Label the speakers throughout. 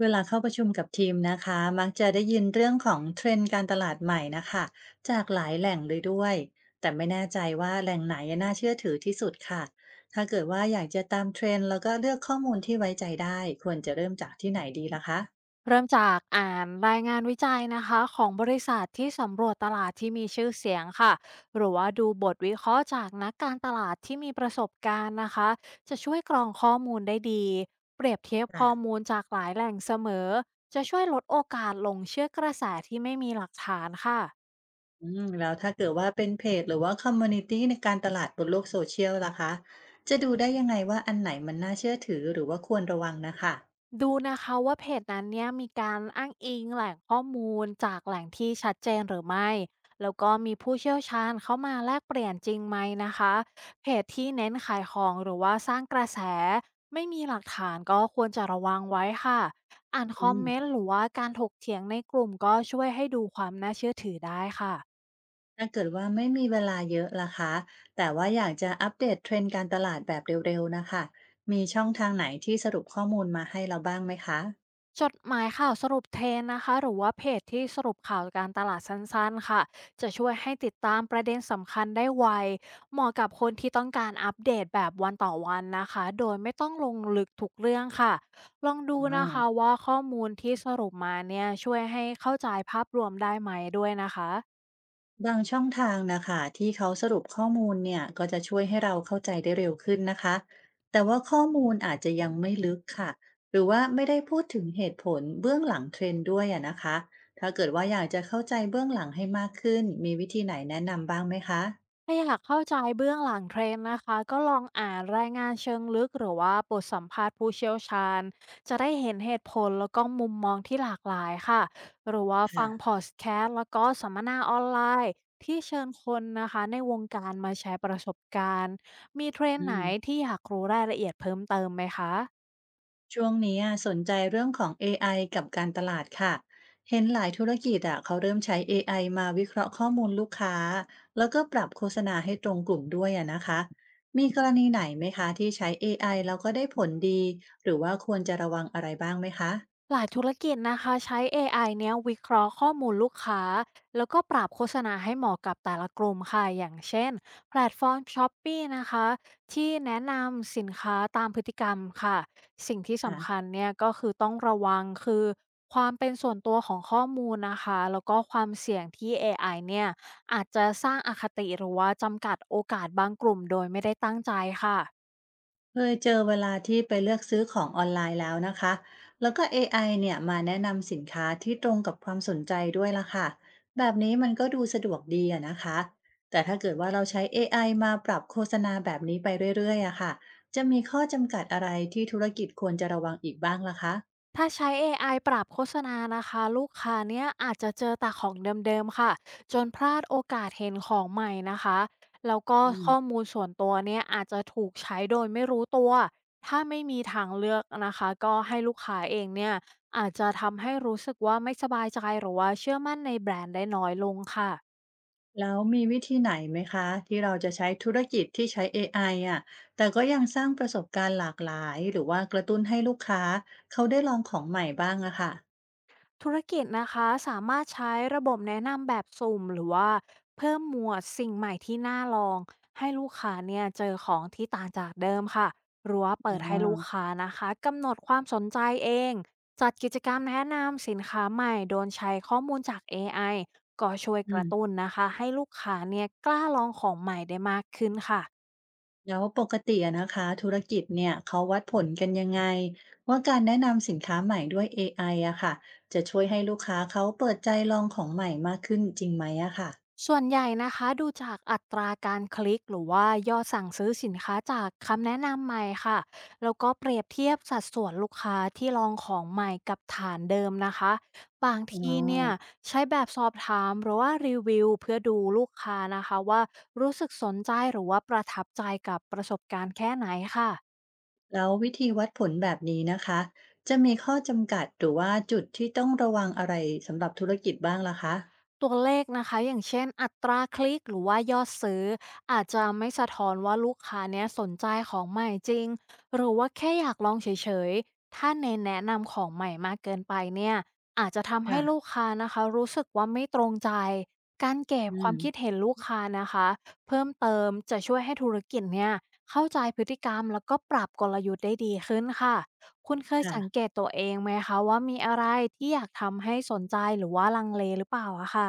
Speaker 1: เวลาเข้าประชุมกับทีมนะคะมักจะได้ยินเรื่องของเทรนด์การตลาดใหม่นะคะจากหลายแหล่งเลยด้วยแต่ไม่แน่ใจว่าแหล่งไหนน่าเชื่อถือที่สุดค่ะถ้าเกิดว่าอยากจะตามเทรนด์แล้วก็เลือกข้อมูลที่ไว้ใจได้ควรจะเริ่มจากที่ไหนดีล่ะคะ
Speaker 2: เริ่มจากอ่านรายงานวิจัยนะคะของบริษัทที่สำรวจตลาดที่มีชื่อเสียงค่ะหรือว่าดูบทวิเคราะห์จากนักการตลาดที่มีประสบการณ์นะคะจะช่วยกรองข้อมูลได้ดีเปรียบเทียบ
Speaker 1: ค่ะ
Speaker 2: ข้อมูลจากหลายแหล่งเสมอจะช่วยลดโอกาสหลงเชื่อกระแสที่ไม่มีหลักฐานค่ะ
Speaker 1: อืมแล้วถ้าเกิดว่าเป็นเพจหรือว่าคอมมูนิตี้ในการตลาดบนโลกโซเชียลล่ะคะจะดูได้ยังไงว่าอันไหนมันน่าเชื่อถือหรือว่าควรระวังนะคะ
Speaker 2: ดูนะคะว่าเพจนั้นเนี่ยมีการอ้างอิงแหล่งข้อมูลจากแหล่งที่ชัดเจนหรือไม่แล้วก็มีผู้เชี่ยวชาญเข้ามาแลกเปลี่ยนจริงไหมนะคะเพจที่เน้นขายของหรือว่าสร้างกระแสไม่มีหลักฐานก็ควรจะระวังไว้ค่ะอ่านคอ
Speaker 1: อื
Speaker 2: ม
Speaker 1: ม
Speaker 2: เมนต์หรือว่าการถกเถียงในกลุ่มก็ช่วยให้ดูความน่าเชื่อถือได้ค่ะ
Speaker 1: ถ้าเกิดว่าไม่มีเวลาเยอะล่ะคะ แต่ว่าอยากจะอัปเดตเทรนด์การตลาดแบบเร็วๆนะคะ มีช่องทางไหนที่สรุปข้อมูลมาให้เราบ้างไหมคะ
Speaker 2: จดหมายข่าวสรุปเทรนด์นะคะหรือว่าเพจที่สรุปข่าวการตลาดสั้นๆค่ะจะช่วยให้ติดตามประเด็นสำคัญได้ไวเหมาะกับคนที่ต้องการอัปเดตแบบวันต่อวันนะคะโดยไม่ต้องลงลึกทุกเรื่องค่ะลองดูนะคะ
Speaker 1: อา
Speaker 2: ว่าข้อมูลที่สรุปมาเนี่ยช่วยให้เข้าใจภาพรวมได้ไหมด้วยนะคะ
Speaker 1: บางช่องทางนะคะที่เขาสรุปข้อมูลเนี่ยก็จะช่วยให้เราเข้าใจได้เร็วขึ้นนะคะ แต่ว่าข้อมูลอาจจะยังไม่ลึกค่ะ หรือว่าไม่ได้พูดถึงเหตุผลเบื้องหลังเทรนด์ด้วยอะนะคะถ้าเกิดว่าอยากจะเข้าใจเบื้องหลังให้มากขึ้นมีวิธีไหนแนะนำบ้างไหมคะ
Speaker 2: ถ้าอยากเข้าใจเบื้องหลังเทรนด์นะคะก็ลองอ่านรายงานเชิงลึกหรือว่าบทสัมภาษณ์ผู้เชี่ยวชาญจะได้เห็นเหตุผลแล้วก็มุมมองที่หลากหลายค่ะหรือว่าฟั
Speaker 1: ค่ะ
Speaker 2: งพอดแคสต์แล้วก็สัมมนาออนไลน์ที่เชิญคนนะคะในวงการมาแชร์ประสบการณ์มีเทรน
Speaker 1: อื
Speaker 2: ด์ไหน
Speaker 1: ม
Speaker 2: ที่อยากรู้รายละเอียดเพิ่มเติมไหมคะ
Speaker 1: ช่วงนี้อะสนใจเรื่องของ AI กับการตลาดค่ะ เห็นหลายธุรกิจอะเขาเริ่มใช้ AI มาวิเคราะห์ข้อมูลลูกค้า แล้วก็ปรับโฆษณาให้ตรงกลุ่มด้วยอะนะคะ มีกรณีไหนไหมคะที่ใช้ AI แล้วก็ได้ผลดี หรือว่าควรจะระวังอะไรบ้างไหมคะ
Speaker 2: หลายธุรกิจนะคะใช้ AI เนี้ยวิเคราะห์ข้อมูลลูกค้าแล้วก็ปรับโฆษณาให้เหมาะกับแต่ละกลุ่มค่ะอย่างเช่นแพลตฟอร์ม Shopee นะคะที่แนะนำสินค้าตามพฤติกรรมค่ะสิ่งที่
Speaker 1: อ่า
Speaker 2: สำคัญเนี่ยก็คือต้องระวังคือความเป็นส่วนตัวของข้อมูลนะคะแล้วก็ความเสี่ยงที่ AI เนี่ยอาจจะสร้างอคติหรือว่าจำกัดโอกาสบางกลุ่มโดยไม่ได้ตั้งใจค่ะ
Speaker 1: เคยเจอเวลาที่ไปเลือกซื้อของออนไลน์แล้วนะคะแล้วก็ AI เนี่ยมาแนะนำสินค้าที่ตรงกับความสนใจด้วยล่ะค่ะแบบนี้มันก็ดูสะดวกดีอะนะคะแต่ถ้าเกิดว่าเราใช้ AI มาปรับโฆษณาแบบนี้ไปเรื่อยๆอะค่ะจะมีข้อจำกัดอะไรที่ธุรกิจควรจะระวังอีกบ้างล่ะคะ
Speaker 2: ถ้าใช้AIปรับโฆษณานะคะลูกค้าเนี่ยอาจจะเจอแต่ของเดิมๆค่ะจนพลาดโอกาสเห็นของใหม่นะคะแล้วก็
Speaker 1: อืม
Speaker 2: ข้อมูลส่วนตัวเนี่ยอาจจะถูกใช้โดยไม่รู้ตัวถ้าไม่มีทางเลือกนะคะก็ให้ลูกค้าเองเนี่ยอาจจะทำให้รู้สึกว่าไม่สบายใจหรือว่าเชื่อมั่นในแบรนด์ได้น้อยลงค่ะ
Speaker 1: แล้วมีวิธีไหนไหมคะที่เราจะใช้ธุรกิจที่ใช้ AI อไออ่ะแต่ก็ยังสร้างประสบการณ์หลากหลายหรือว่ากระตุ้นให้ลูกค้าเขาได้ลองของใหม่บ้างอะค่ะ
Speaker 2: ธุรกิจนะคะสามารถใช้ระบบแนะนำแบบสุ่มหรือว่าเพิ่มหมวดสิ่งใหม่ที่น่าลองให้ลูกค้าเนี่ยเจอของที่ต่างจากเดิมค่ะหรือว่า
Speaker 1: อ๋
Speaker 2: เปิดให้ลูก
Speaker 1: อ
Speaker 2: ค้านะคะกำหนดความสนใจเองจัดกิจกรรมแนะนำสินค้าใหม่โดนใช้ข้อมูลจาก AI ก็ช่วยก
Speaker 1: อื
Speaker 2: ระ
Speaker 1: ม
Speaker 2: ตุ้นนะคะให้ลูกค้าเนี่ยกล้าลองของใหม่ได้มากขึ้นค่ะ
Speaker 1: แล้วปกติอะนะคะธุรกิจเนี่ยเขาวัดผลกันยังไงว่าการแนะนำสินค้าใหม่ด้วยเอไออะค่ะจะช่วยให้ลูกค้าเขาเปิดใจลองของใหม่มากขึ้นจริงไหมอะค่ะ
Speaker 2: ส่วนใหญ่นะคะดูจากอัตราการคลิกหรือว่ายอดสั่งซื้อสินค้าจากคำแนะนำใหม่ค่ะแล้วก็เปรียบเทียบสัดส่วนลูกค้าที่ลองของใหม่กับฐานเดิมนะคะบาง
Speaker 1: อ๋อ
Speaker 2: ทีเนี่ยใช้แบบสอบถามหรือว่ารีวิวเพื่อดูลูกค้านะคะว่ารู้สึกสนใจหรือว่าประทับใจกับประสบการณ์แค่ไหนค่ะ
Speaker 1: แล้ววิธีวัดผลแบบนี้นะคะจะมีข้อจำกัดหรือว่าจุดที่ต้องระวังอะไรสำหรับธุรกิจบ้างล่ะคะ
Speaker 2: ตัวเลขนะคะอย่างเช่นอัตราคลิกหรือว่ายอดซื้ออาจจะไม่สะท้อนว่าลูกค้าเนี้ยสนใจของใหม่จริงหรือว่าแค่อยากลองเฉยๆถ้าเน้นแนะนำของใหม่มากเกินไปเนี่ยอาจจะทำให้ลูก
Speaker 1: ค่ะ
Speaker 2: ค้านะคะรู้สึกว่าไม่ตรงใจการเก็บ
Speaker 1: อื
Speaker 2: ความคิด
Speaker 1: ม
Speaker 2: เห็นลูกค้านะคะเพิ่มเติมจะช่วยให้ธุรกิจเนี่ยเข้าใจพฤติกรรมแล้วก็ปรับกลยุทธ์ได้ดีขึ้นค่ะ คุณเคย
Speaker 1: ค่ะ
Speaker 2: สังเกตตัวเองไหมคะว่ามีอะไรที่อยากทำให้สนใจหรือว่าลังเลหรือเปล่าอะค่ะ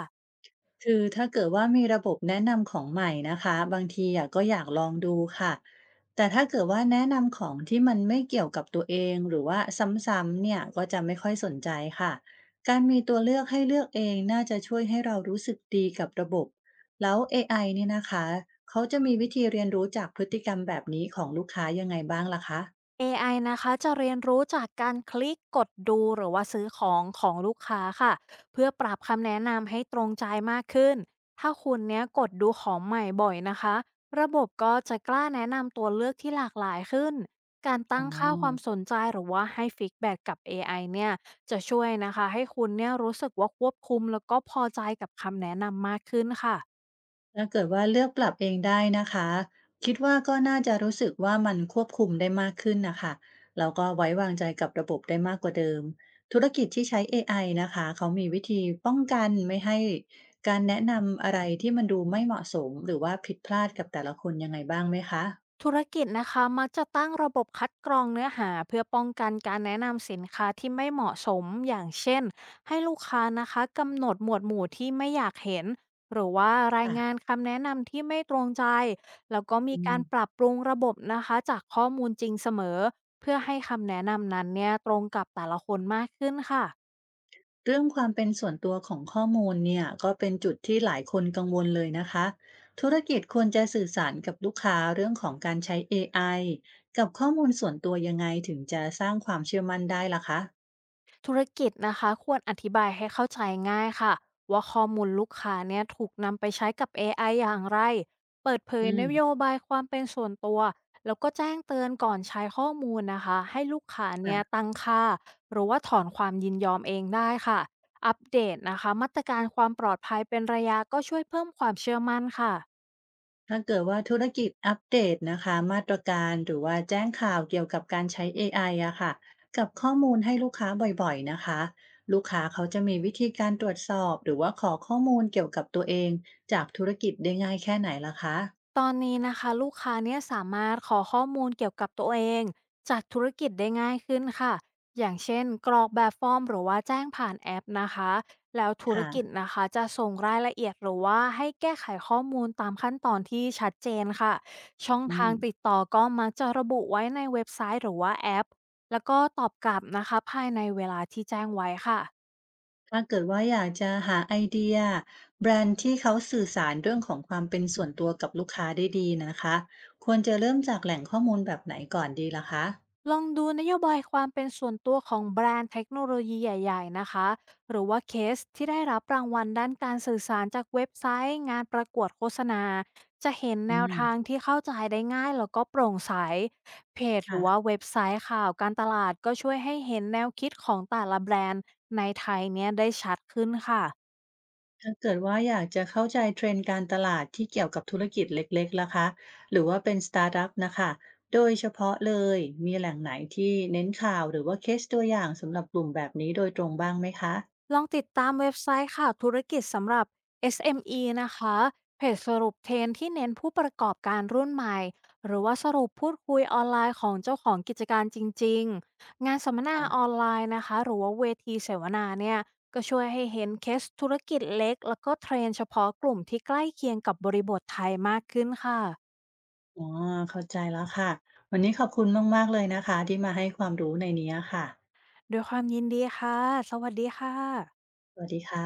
Speaker 1: คือถ้าเกิดว่ามีระบบแนะนำของใหม่นะคะบางทีอะก็อยากลองดูค่ะแต่ถ้าเกิดว่าแนะนำของที่มันไม่เกี่ยวกับตัวเองหรือว่าซ้ำๆเนี่ยก็จะไม่ค่อยสนใจค่ะการมีตัวเลือกให้เลือกเองน่าจะช่วยให้เรารู้สึกดีกับระบบแล้ว AI เนี่ยนะคะเขาจะมีวิธีเรียนรู้จากพฤติกรรมแบบนี้ของลูกค้ายังไงบ้างล่ะคะ
Speaker 2: เอไอนะคะจะเรียนรู้จากการคลิกกดดูหรือว่าซื้อของของลูกค้าค่ะเพื่อปรับคำแนะนำให้ตรงใจมากขึ้นถ้าคุณเนี้ยกดดูของใหม่บ่อยนะคะระบบก็จะกล้าแนะนำตัวเลือกที่หลากหลายขึ้นการ
Speaker 1: อ๋อ
Speaker 2: ตั้งค่าความสนใจหรือว่าให้ฟีดแบ็กกับเอไอเนี่ยจะช่วยนะคะให้คุณเนี่ยรู้สึกว่าควบคุมแล้วก็พอใจกับคำแนะนำมากขึ้นค่ะ
Speaker 1: ถ้าเกิดว่าเลือกปรับเองได้นะคะคิดว่าก็น่าจะรู้สึกว่ามันควบคุมได้มากขึ้นนะคะแล้วก็ไว้วางใจกับระบบได้มากกว่าเดิมธุรกิจที่ใช้เอไอนะคะเขามีวิธีป้องกันไม่ให้การแนะนำอะไรที่มันดูไม่เหมาะสมหรือว่าผิดพลาดกับแต่ละคนยังไงบ้างไหมคะ
Speaker 2: ธุรกิจนะคะมักจะตั้งระบบคัดกรองเนื้อหาเพื่อป้องกันการแนะนำสินค้าที่ไม่เหมาะสมอย่างเช่นให้ลูกค้านะคะกำหนดหมวดหมู่ที่ไม่อยากเห็นหรือว่ารายงาน
Speaker 1: ค่ะ
Speaker 2: คำแนะนำที่ไม่ตรงใจแล้วก็มี
Speaker 1: อืม
Speaker 2: การปรับปรุงระบบนะคะจากข้อมูลจริงเสมอเพื่อให้คำแนะนำนั้นเนี่ยตรงกับแต่ละคนมากขึ้นค่ะ
Speaker 1: เรื่องความเป็นส่วนตัวของข้อมูลเนี่ยก็เป็นจุดที่หลายคนกังวลเลยนะคะธุรกิจควรจะสื่อสารกับลูกค้าเรื่องของการใช้ AI กับข้อมูลส่วนตัวยังไงถึงจะสร้างความเชื่อมั่นได้ล่ะคะ
Speaker 2: ธุรกิจนะคะควรอธิบายให้เข้าใจง่ายค่ะว่าข้อมูลลูกค้าเนี่ยถูกนำไปใช้กับ AI อไออย่างไรเปิดเผย
Speaker 1: อื
Speaker 2: น
Speaker 1: ม
Speaker 2: โยบายความเป็นส่วนตัวแล้วก็แจ้งเตือนก่อนใช้ข้อมูลนะคะให้ลูกค้าเนี่ย
Speaker 1: ค่ะ
Speaker 2: ตั้งค่าหรือว่าถอนความยินยอมเองได้ค่ะอัปเดตนะคะมาตรการความปลอดภัยเป็นระยะก็ช่วยเพิ่มความเชื่อมั่นค่ะ
Speaker 1: ถ้าเกิดว่าธุรกิจอัปเดตนะคะมาตรการหรือว่าแจ้งข่าวเกี่ยวกับการใช้ AI อไออะค่ะกับข้อมูลให้ลูกค้าบ่อยๆนะคะลูกค้าเขาจะมีวิธีการตรวจสอบหรือว่าขอข้อมูลเกี่ยวกับตัวเองจากธุรกิจได้ง่ายแค่ไหนล่ะคะ
Speaker 2: ตอนนี้นะคะลูกค้าเนี่ยสามารถขอข้อมูลเกี่ยวกับตัวเองจากธุรกิจได้ง่ายขึ้นค่ะอย่างเช่นกรอกแบบฟอร์มหรือว่าแจ้งผ่านแอปนะคะแล้วธุร
Speaker 1: ค่ะ
Speaker 2: กิจนะคะจะส่งรายละเอียดหรือว่าให้แก้ไขข้อมูลตามขั้นตอนที่ชัดเจนค่ะช่อง
Speaker 1: อื
Speaker 2: ทา
Speaker 1: ม
Speaker 2: งติดต่อก็มักจะระบุไว้ในเว็บไซต์หรือว่าแอปแล้วก็ตอบกลับนะคะภายในเวลาที่แจ้งไว้ค่ะ
Speaker 1: ถ้าเกิดว่าอยากจะหาไอเดียแบรนด์ที่เขาสื่อสารเรื่องของความเป็นส่วนตัวกับลูกค้าได้ดีนะคะควรจะเริ่มจากแหล่งข้อมูลแบบไหนก่อนดีล่ะคะ
Speaker 2: ลองดูนโยบายความเป็นส่วนตัวของแบรนด์เทคโนโลยีใหญ่ๆนะคะ หรือว่าเคสที่ได้รับรางวัลด้านการสื่อสารจากเว็บไซต์งานประกวดโฆษณา จะเห็น
Speaker 1: อื
Speaker 2: แนวทาง
Speaker 1: ม
Speaker 2: ที่เข้าใจได้ง่ายแล้วก็โปร่งใส เพจห
Speaker 1: ค่ะ
Speaker 2: รือว่าเว็บไซต์ข่าวการตลาดก็ช่วยให้เห็นแนวคิดของแต่ละแบรนด์
Speaker 1: ถ้าเกิดว่าอยากจะเข้าใจเทรนด์การตลาดที่เกี่ยวกับธุรกิจเล็กๆล่ะคะหรือว่าเป็นสตาร์ทอัพนะคะโดยเฉพาะเลยมีแหล่งไหนที่เน้นข่าวหรือว่าเคสตัวอย่างสำหรับกลุ่มแบบนี้โดยตรงบ้างไหมคะ
Speaker 2: ลองติดตามเว็บไซต์ข่าวธุรกิจสำหรับ SME นะคะเพจสรุปเทรนด์ที่เน้นผู้ประกอบการรุ่นใหม่หรือว่าสรุปพูดคุยออนไลน์ของเจ้าของกิจการจริงๆงานสัมมนาออน
Speaker 1: ค่ะ
Speaker 2: ไลน์นะคะหรือว่าเวทีเสวนาเนี่ยก็ช่วยให้เห็นเคสธุรกิจเล็กแล้วก็เทรนด์เฉพาะกลุ่มที่ใกล้เคียงกับบริบทไทยมากขึ้นค่ะ
Speaker 1: อ๋อเข้าใจแล้วค่ะวันนี้ขอบคุณมากๆเลยนะคะที่มาให้ความรู้ในเนี้ยค่ะ
Speaker 2: ด้วยความยินดีค่ะสวัสดีค่ะ
Speaker 1: สวัสดีค่ะ